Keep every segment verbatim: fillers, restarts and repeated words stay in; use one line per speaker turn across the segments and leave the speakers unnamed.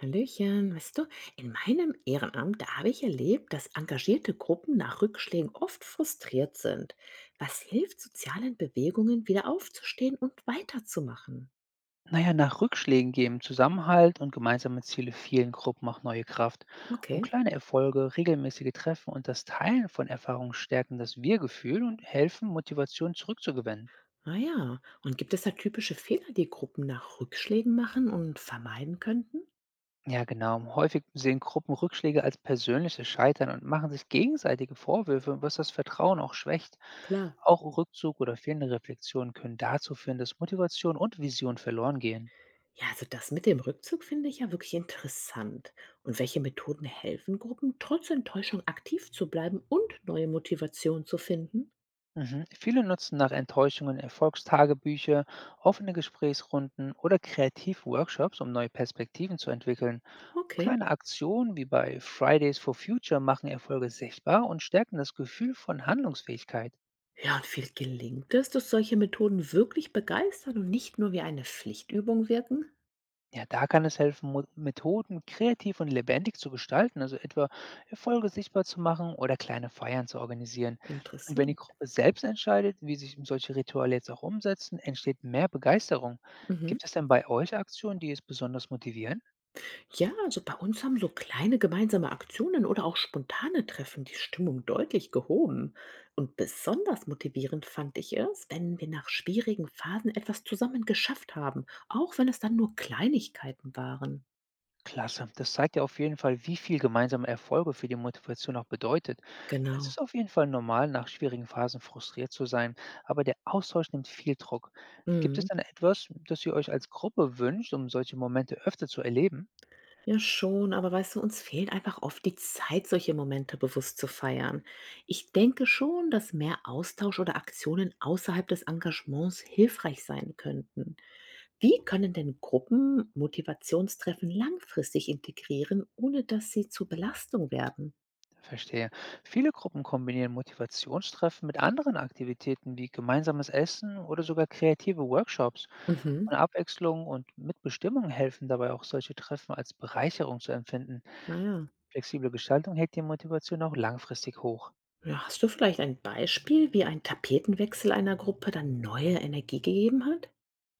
Hallöchen, weißt du, in meinem Ehrenamt, da habe ich erlebt, dass engagierte Gruppen nach Rückschlägen oft frustriert sind. Was hilft sozialen Bewegungen, wieder aufzustehen und weiterzumachen?
Naja, nach Rückschlägen geben Zusammenhalt und gemeinsame Ziele vielen Gruppen auch neue Kraft. Und
Okay.
kleine Erfolge, regelmäßige Treffen und das Teilen von Erfahrungen stärken das Wir-Gefühl und helfen, Motivation zurückzugewinnen.
Ah ja, und gibt es da typische Fehler, die Gruppen nach Rückschlägen machen und vermeiden könnten?
Ja, genau. Häufig sehen Gruppen Rückschläge als persönliches Scheitern und machen sich gegenseitige Vorwürfe, was das Vertrauen auch schwächt.
Klar.
Auch Rückzug oder fehlende Reflexionen können dazu führen, dass Motivation und Vision verloren gehen.
Ja, also das mit dem Rückzug finde ich ja wirklich interessant. Und welche Methoden helfen Gruppen, trotz Enttäuschung aktiv zu bleiben und neue Motivation zu finden?
Mhm. Viele nutzen nach Enttäuschungen Erfolgstagebücher, offene Gesprächsrunden oder Kreativworkshops, um neue Perspektiven zu entwickeln.
Okay.
Kleine Aktionen wie bei Fridays for Future machen Erfolge sichtbar und stärken das Gefühl von Handlungsfähigkeit.
Ja, und viel gelingt es, dass solche Methoden wirklich begeistern und nicht nur wie eine Pflichtübung wirken?
Ja, da kann es helfen, Mo Methoden kreativ und lebendig zu gestalten, also etwa Erfolge sichtbar zu machen oder kleine Feiern zu organisieren. Und wenn die
Interessant.
Gruppe selbst entscheidet, wie sich solche Rituale jetzt auch umsetzen, entsteht mehr Begeisterung.
Mhm.
Gibt es denn bei euch Aktionen, die es besonders motivieren?
Ja, also bei uns haben so kleine gemeinsame Aktionen oder auch spontane Treffen die Stimmung deutlich gehoben. Und besonders motivierend fand ich es, wenn wir nach schwierigen Phasen etwas zusammen geschafft haben, auch wenn es dann nur Kleinigkeiten waren.
Klasse, das zeigt ja auf jeden Fall, wie viel gemeinsame Erfolge für die Motivation auch bedeutet. Es
Genau.
ist auf jeden Fall normal, nach schwierigen Phasen frustriert zu sein, aber der Austausch nimmt viel Druck. Gibt es
Mhm.
dann etwas, das ihr euch als Gruppe wünscht, um solche Momente öfter zu erleben?
Ja, schon, aber weißt du, uns fehlt einfach oft die Zeit, solche Momente bewusst zu feiern. Ich denke schon, dass mehr Austausch oder Aktionen außerhalb des Engagements hilfreich sein könnten. Wie können denn Gruppen Motivationstreffen langfristig integrieren, ohne dass sie zur Belastung werden?
Verstehe. Viele Gruppen kombinieren Motivationstreffen mit anderen Aktivitäten wie gemeinsames Essen oder sogar kreative Workshops.
Mhm,
Und Abwechslung und Mitbestimmung helfen dabei auch, solche Treffen als Bereicherung zu empfinden.
naja.
Flexible Gestaltung hält die Motivation auch langfristig hoch.
Ja, hast du vielleicht ein Beispiel, wie ein Tapetenwechsel einer Gruppe dann neue Energie gegeben hat?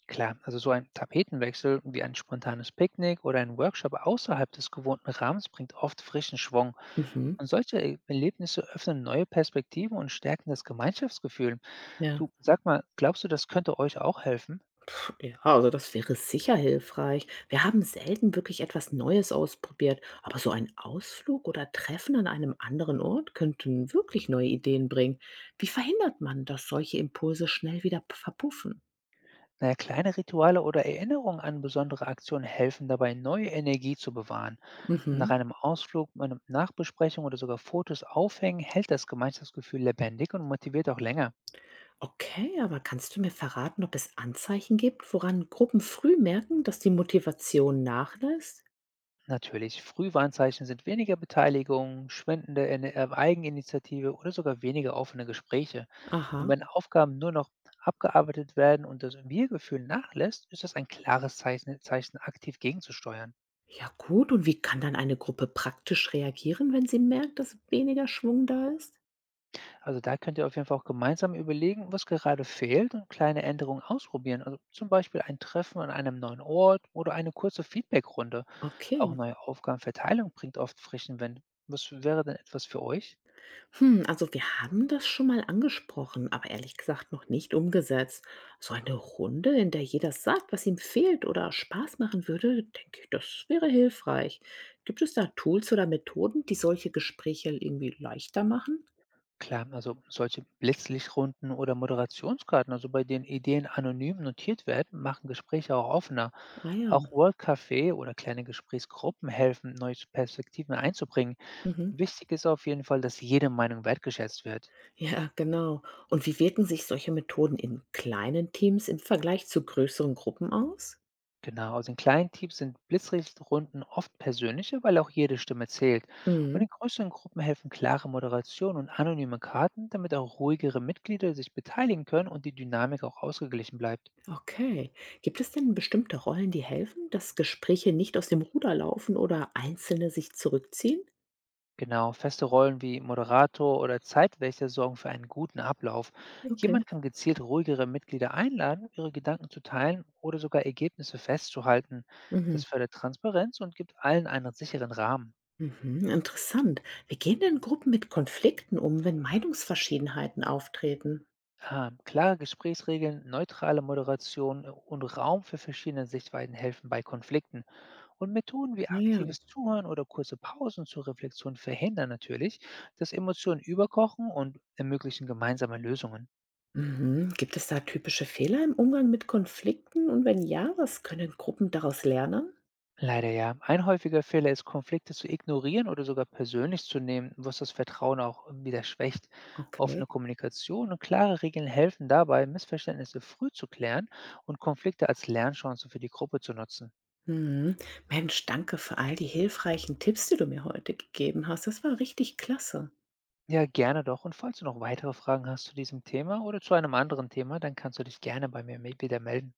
Klar, also so ein Tapetenwechsel wie ein spontanes Picknick oder ein Workshop außerhalb des gewohnten Rahmens bringt oft frischen Schwung.
Mhm,
Und solche E- Erlebnisse öffnen neue Perspektiven und stärken das Gemeinschaftsgefühl.
ja.
Du, sag mal, glaubst du, das könnte euch auch helfen?
Ja, also das wäre sicher hilfreich. Wir haben selten wirklich etwas Neues ausprobiert, aber so ein Ausflug oder Treffen an einem anderen Ort könnten wirklich neue Ideen bringen. Wie verhindert man, dass solche Impulse schnell wieder p- verpuffen?
Naja, kleine Rituale oder Erinnerungen an besondere Aktionen helfen dabei, neue Energie zu bewahren. Und nach
Mhm.
einem Ausflug, einer Nachbesprechung oder sogar Fotos aufhängen, hält das Gemeinschaftsgefühl lebendig und motiviert auch länger.
Okay, aber kannst du mir verraten, ob es Anzeichen gibt, woran Gruppen früh merken, dass die Motivation nachlässt?
Natürlich, Frühwarnzeichen sind weniger Beteiligung, schwindende Ene- äh, Eigeninitiative oder sogar weniger offene Gespräche. Und
Aha.
wenn Aufgaben nur noch abgearbeitet werden und das Wir-Gefühl nachlässt, ist das ein klares Zeichen, Zeichen aktiv gegenzusteuern.
Ja gut, und wie kann dann eine Gruppe praktisch reagieren, wenn sie merkt, dass weniger Schwung da ist?
Also da könnt ihr auf jeden Fall auch gemeinsam überlegen, was gerade fehlt und kleine Änderungen ausprobieren. Also zum Beispiel ein Treffen an einem neuen Ort oder eine kurze Feedbackrunde. Auch
Okay.
neue Aufgabenverteilung bringt oft frischen Wind. Was wäre denn etwas für euch?
Hm, also wir haben das schon mal angesprochen, aber ehrlich gesagt noch nicht umgesetzt. So eine Runde, in der jeder sagt, was ihm fehlt oder Spaß machen würde, denke ich, das wäre hilfreich. Gibt es da Tools oder Methoden, die solche Gespräche irgendwie leichter machen?
Klar, also solche Blitzlichtrunden oder Moderationskarten, also bei denen Ideen anonym notiert werden, machen Gespräche auch offener.
Ah ja.
Auch World Café oder kleine Gesprächsgruppen helfen, neue Perspektiven einzubringen.
Mhm.
Wichtig ist auf jeden Fall, dass jede Meinung wertgeschätzt wird.
Ja, genau. Und wie wirken sich solche Methoden in kleinen Teams im Vergleich zu größeren Gruppen aus?
Genau, also in kleinen Teams sind Blitzlichtrunden oft persönlicher, weil auch jede Stimme zählt. Und
Mhm.
in größeren Gruppen helfen klare Moderation und anonyme Karten, damit auch ruhigere Mitglieder sich beteiligen können und die Dynamik auch ausgeglichen bleibt.
Okay. Gibt es denn bestimmte Rollen, die helfen, dass Gespräche nicht aus dem Ruder laufen oder Einzelne sich zurückziehen?
Genau, feste Rollen wie Moderator oder Zeitwächter sorgen für einen guten Ablauf.
Okay.
Jemand kann gezielt ruhigere Mitglieder einladen, ihre Gedanken zu teilen oder sogar Ergebnisse festzuhalten.
Mhm.
Das fördert Transparenz und gibt allen einen sicheren Rahmen.
Mhm. Interessant. Wie gehen denn Gruppen mit Konflikten um, wenn Meinungsverschiedenheiten auftreten?
Ah, klare Gesprächsregeln, neutrale Moderation äh, und Raum für verschiedene Sichtweisen helfen bei Konflikten. Und Methoden wie
Ah ja.
aktives Zuhören oder kurze Pausen zur Reflexion verhindern natürlich, dass Emotionen überkochen und ermöglichen gemeinsame Lösungen.
Mhm. Gibt es da typische Fehler im Umgang mit Konflikten? Und wenn ja, was können Gruppen daraus lernen?
Leider ja. Ein häufiger Fehler ist, Konflikte zu ignorieren oder sogar persönlich zu nehmen, was das Vertrauen auch wieder schwächt.
Okay.
Offene Kommunikation und klare Regeln helfen dabei, Missverständnisse früh zu klären und Konflikte als Lernchance für die Gruppe zu nutzen.
Mhm. Mensch, danke für all die hilfreichen Tipps, die du mir heute gegeben hast. Das war richtig klasse.
Ja, gerne doch. Und falls du noch weitere Fragen hast zu diesem Thema oder zu einem anderen Thema, dann kannst du dich gerne bei mir me- wieder melden.